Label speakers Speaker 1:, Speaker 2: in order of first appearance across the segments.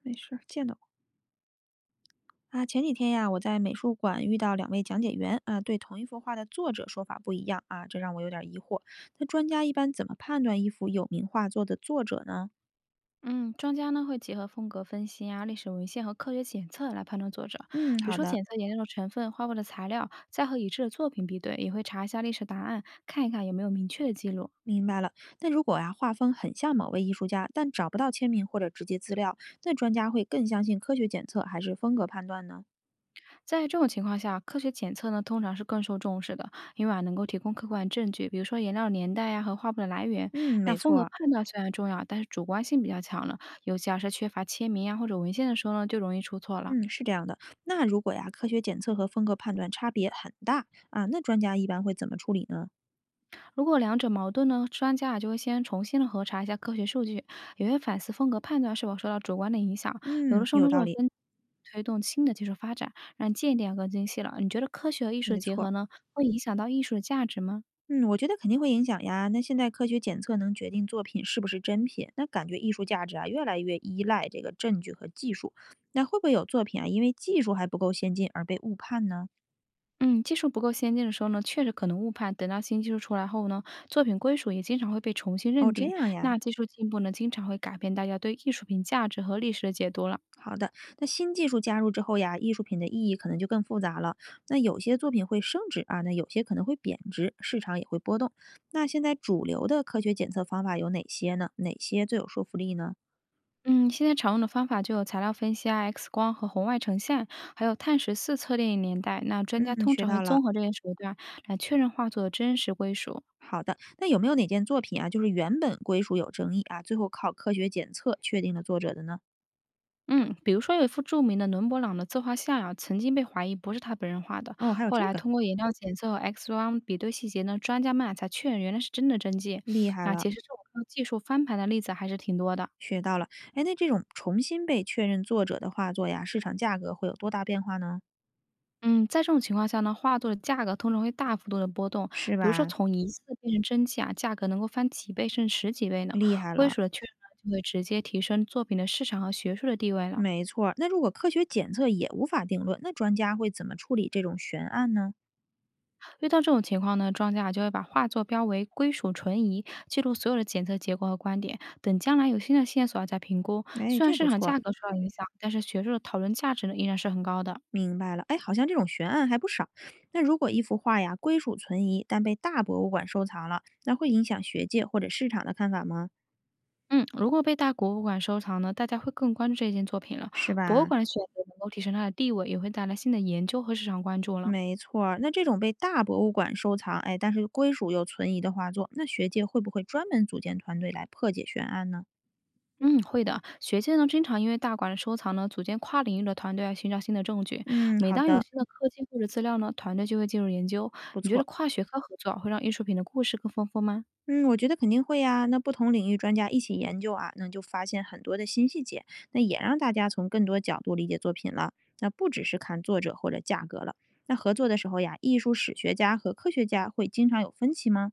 Speaker 1: 没事儿，见到过啊。前几天呀，我在美术馆遇到两位讲解员啊，对同一幅画的作者说法不一样啊，这让我有点儿疑惑。那专家一般怎么判断一幅有名画作的作者呢？
Speaker 2: 嗯，专家呢会结合风格分析啊、历史文献和科学检测来判断作者。
Speaker 1: 嗯，
Speaker 2: 比如
Speaker 1: 好
Speaker 2: 说，
Speaker 1: 的，
Speaker 2: 检测颜料的成分、画布的材料，再和已知的作品比对，也会查一下历史答案，看一看有没有明确的记录。
Speaker 1: 明白了。那如果呀，画风很像某位艺术家，但找不到签名或者直接资料，那专家会更相信科学检测还是风格判断呢？
Speaker 2: 在这种情况下，科学检测呢通常是更受重视的，因为啊能够提供客观证据，比如说颜料年代呀、和画布的来源。
Speaker 1: 嗯，
Speaker 2: 那
Speaker 1: 没
Speaker 2: 风
Speaker 1: 错
Speaker 2: 格
Speaker 1: 儿。
Speaker 2: 判断虽然重要，但是主观性比较强了，尤其啊是缺乏签名呀或者文献的时候呢，就容易出错了。
Speaker 1: 嗯，是这样的。那如果呀，科学检测和风格判断差别很大啊，那专家一般会怎么处理呢？
Speaker 2: 如果两者矛盾呢，专家啊就会先重新的核查一下科学数据，也会反思风格判断是否受到主观的影响。有的
Speaker 1: 嗯，
Speaker 2: 时候呢，
Speaker 1: 有
Speaker 2: 这
Speaker 1: 道
Speaker 2: 种
Speaker 1: 理，
Speaker 2: 分推动新的技术发展，让鉴定啊更精细了。你觉得科学和艺术
Speaker 1: 没
Speaker 2: 结
Speaker 1: 错。
Speaker 2: 合呢，会影响到艺术的价值吗？
Speaker 1: 嗯，我觉得肯定会影响呀。那现在科学检测能决定作品是不是真品，那感觉艺术价值啊越来越依赖这个证据和技术。那会不会有作品啊，因为技术还不够先进而被误判呢？
Speaker 2: 嗯，技术不够先进的时候呢，确实可能误判。等到新技术出来后呢，作品归属也经常会被重新认
Speaker 1: 哦，这
Speaker 2: 定。
Speaker 1: 样
Speaker 2: 那
Speaker 1: 呀。
Speaker 2: 技术进步呢，经常会改变大家对艺术品价值和历史的解读了。
Speaker 1: 好的，那新技术加入之后呀，艺术品的意义可能就更复杂了。那有些作品会升值啊，那有些可能会贬值，市场也会波动。那现在主流的科学检测方法有哪些呢？哪些最有说服力呢？
Speaker 2: 嗯，现在常用的方法就有材料分析啊、X 光和红外成像，还有碳14测定年代。那专家
Speaker 1: 嗯，
Speaker 2: 通
Speaker 1: 学
Speaker 2: 常会
Speaker 1: 到
Speaker 2: 综
Speaker 1: 了。
Speaker 2: 合这些手段来确认画作的真实归属。
Speaker 1: 好的，那有没有哪件作品啊，就是原本归属有争议啊，最后靠科学检测确定了作者的呢？
Speaker 2: 嗯，比如说有一幅著名的伦勃朗的自画像啊，曾经被怀疑不是他本人画的，
Speaker 1: 哦，还有
Speaker 2: 后
Speaker 1: 这
Speaker 2: 来
Speaker 1: 个，
Speaker 2: 通过颜料检测和 X 光比对细节呢，专家们啊才确认原来是真的真迹。
Speaker 1: 厉害
Speaker 2: 那
Speaker 1: 了，
Speaker 2: 其实这种靠技术翻盘的例子还是挺多的。
Speaker 1: 学到了。哎，那这种重新被确认作者的画作呀，市场价格会有多大变化呢？
Speaker 2: 嗯，在这种情况下呢，画作的价格通常会大幅度的波动，
Speaker 1: 是
Speaker 2: 比如说
Speaker 1: 吧？
Speaker 2: 从一次变成真迹啊，价格能够翻几倍甚至十几倍呢。
Speaker 1: 厉害
Speaker 2: 归
Speaker 1: 了，
Speaker 2: 属的确认呢，就会直接提升作品的市场和学术的地位了。
Speaker 1: 没错儿。那如果科学检测也无法定论，那专家会怎么处理这种悬案呢？
Speaker 2: 遇到这种情况呢，庄家就会把画作标为归属存疑，记录所有的检测结果和观点，等将来有新的线索啊再评估。
Speaker 1: 哎，
Speaker 2: 虽然
Speaker 1: 这不
Speaker 2: 市场
Speaker 1: 错，
Speaker 2: 价格受到影响，但是学术的讨论价值呢依然是很高的。
Speaker 1: 明白了。哎，好像这种悬案还不少。那如果一幅画呀归属存疑，但被大博物馆收藏了，那会影响学界或者市场的看法吗？
Speaker 2: 嗯，如果被大博物馆收藏呢，大家会更关注这件作品了。
Speaker 1: 是
Speaker 2: 博物
Speaker 1: 吧？
Speaker 2: 馆的选择能够提升它的地位，也会带来新的研究和市场关注了。
Speaker 1: 没错儿，那这种被大博物馆收藏，哎，但是归属又存疑的画作，那学界会不会专门组建团队来破解悬案呢？
Speaker 2: 嗯，会的。学界呢，经常因为大馆的收藏呢，组建跨领域的团队来寻找新的证据。
Speaker 1: 嗯，
Speaker 2: 每
Speaker 1: 好
Speaker 2: 当有
Speaker 1: 的，
Speaker 2: 新的科技或者资料呢，团队就会进入研究。
Speaker 1: 不
Speaker 2: 你觉得
Speaker 1: 错。
Speaker 2: 跨学科合作啊会让艺术品的故事更丰富吗？
Speaker 1: 嗯，我觉得肯定会呀。那不同领域专家一起研究啊，那就发现很多的新细节，那也让大家从更多角度理解作品了。那不只是看作者或者价格了。那合作的时候呀，艺术史学家和科学家会经常有分歧吗？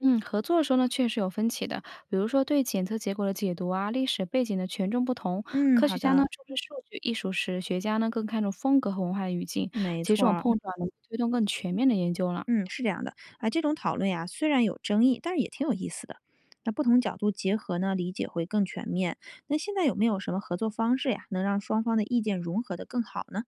Speaker 2: 嗯，合作的时候呢，确实有分歧的。比如说对检测结果的解读啊，历史背景的权重不同，
Speaker 1: 嗯，
Speaker 2: 科学
Speaker 1: 好
Speaker 2: 家呢
Speaker 1: 的，
Speaker 2: 重视数据，艺术史学家呢更看重风格和文化的语境。
Speaker 1: 没
Speaker 2: 其实
Speaker 1: 错
Speaker 2: 这种
Speaker 1: 儿。
Speaker 2: 碰撞能够推动更全面的研究了。
Speaker 1: 嗯，是这样的啊，这种讨论呀，虽然有争议，但是也挺有意思的。那不同角度结合呢，理解会更全面。那现在有没有什么合作方式呀，能让双方的意见融合的更好呢？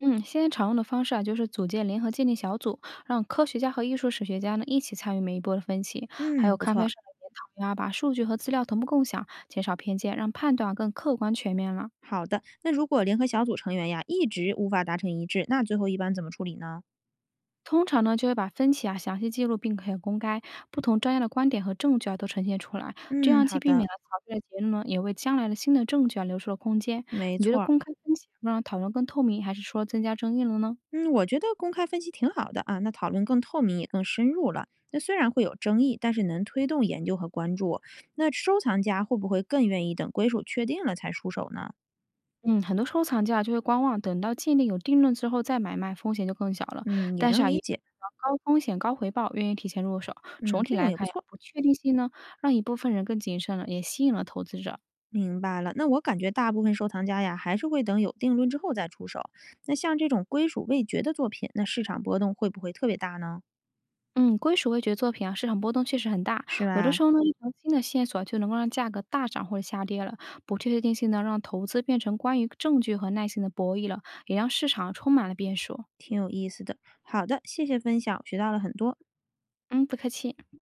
Speaker 2: 嗯，现在常用的方式啊，就是组建联合鉴定小组，让科学家和艺术史学家呢一起参与每一波的分歧，还有
Speaker 1: 嗯，不
Speaker 2: 刊发上
Speaker 1: 错，
Speaker 2: 的研讨呀，把数据和资料同步共享，减少偏见，让判断啊更客观全面了。
Speaker 1: 好的。那如果联合小组成员呀一直无法达成一致，那最后一般怎么处理呢？
Speaker 2: 通常呢，就会把分歧啊详细记录，并且公开不同专家的观点和证据啊都呈现出来，这
Speaker 1: 嗯，
Speaker 2: 样既
Speaker 1: 好
Speaker 2: 避免
Speaker 1: 的，
Speaker 2: 了草率的结论呢，也为将来的新的证据啊留出了空间。
Speaker 1: 没
Speaker 2: 你觉得
Speaker 1: 错儿。
Speaker 2: 公开分歧能让讨论更透明，还是说增加争议了呢？
Speaker 1: 嗯，我觉得公开分析挺好的啊，那讨论更透明也更深入了。那虽然会有争议，但是能推动研究和关注。那收藏家会不会更愿意等归属确定了才出手呢？
Speaker 2: 嗯，很多收藏家就会观望，等到鉴定有定论之后再买卖，风险就更小了。
Speaker 1: 嗯，也
Speaker 2: 但是
Speaker 1: 能
Speaker 2: 啊，也
Speaker 1: 理
Speaker 2: 有
Speaker 1: 解，
Speaker 2: 高风险高回报，愿意提前入手。
Speaker 1: 嗯，
Speaker 2: 总体
Speaker 1: 这
Speaker 2: 来
Speaker 1: 种也
Speaker 2: 看
Speaker 1: 不
Speaker 2: 呀，
Speaker 1: 错，
Speaker 2: 不确定性呢，让一部分人更谨慎了，也吸引了投资者。
Speaker 1: 明白了。那我感觉大部分收藏家呀，还是会等有定论之后再出手。那像这种归属未决的作品，那市场波动会不会特别大呢？
Speaker 2: 嗯，归属味觉作品啊，市场波动确实很大，
Speaker 1: 是
Speaker 2: 有的
Speaker 1: 吧？
Speaker 2: 时候呢，一条新的线索啊就能够让价格大涨或者下跌了。不确定性呢，让投资变成关于证据和耐心的博弈了，也让市场充满了变数。
Speaker 1: 挺有意思的。好的，谢谢分享，我学到了很多。
Speaker 2: 嗯，不客气。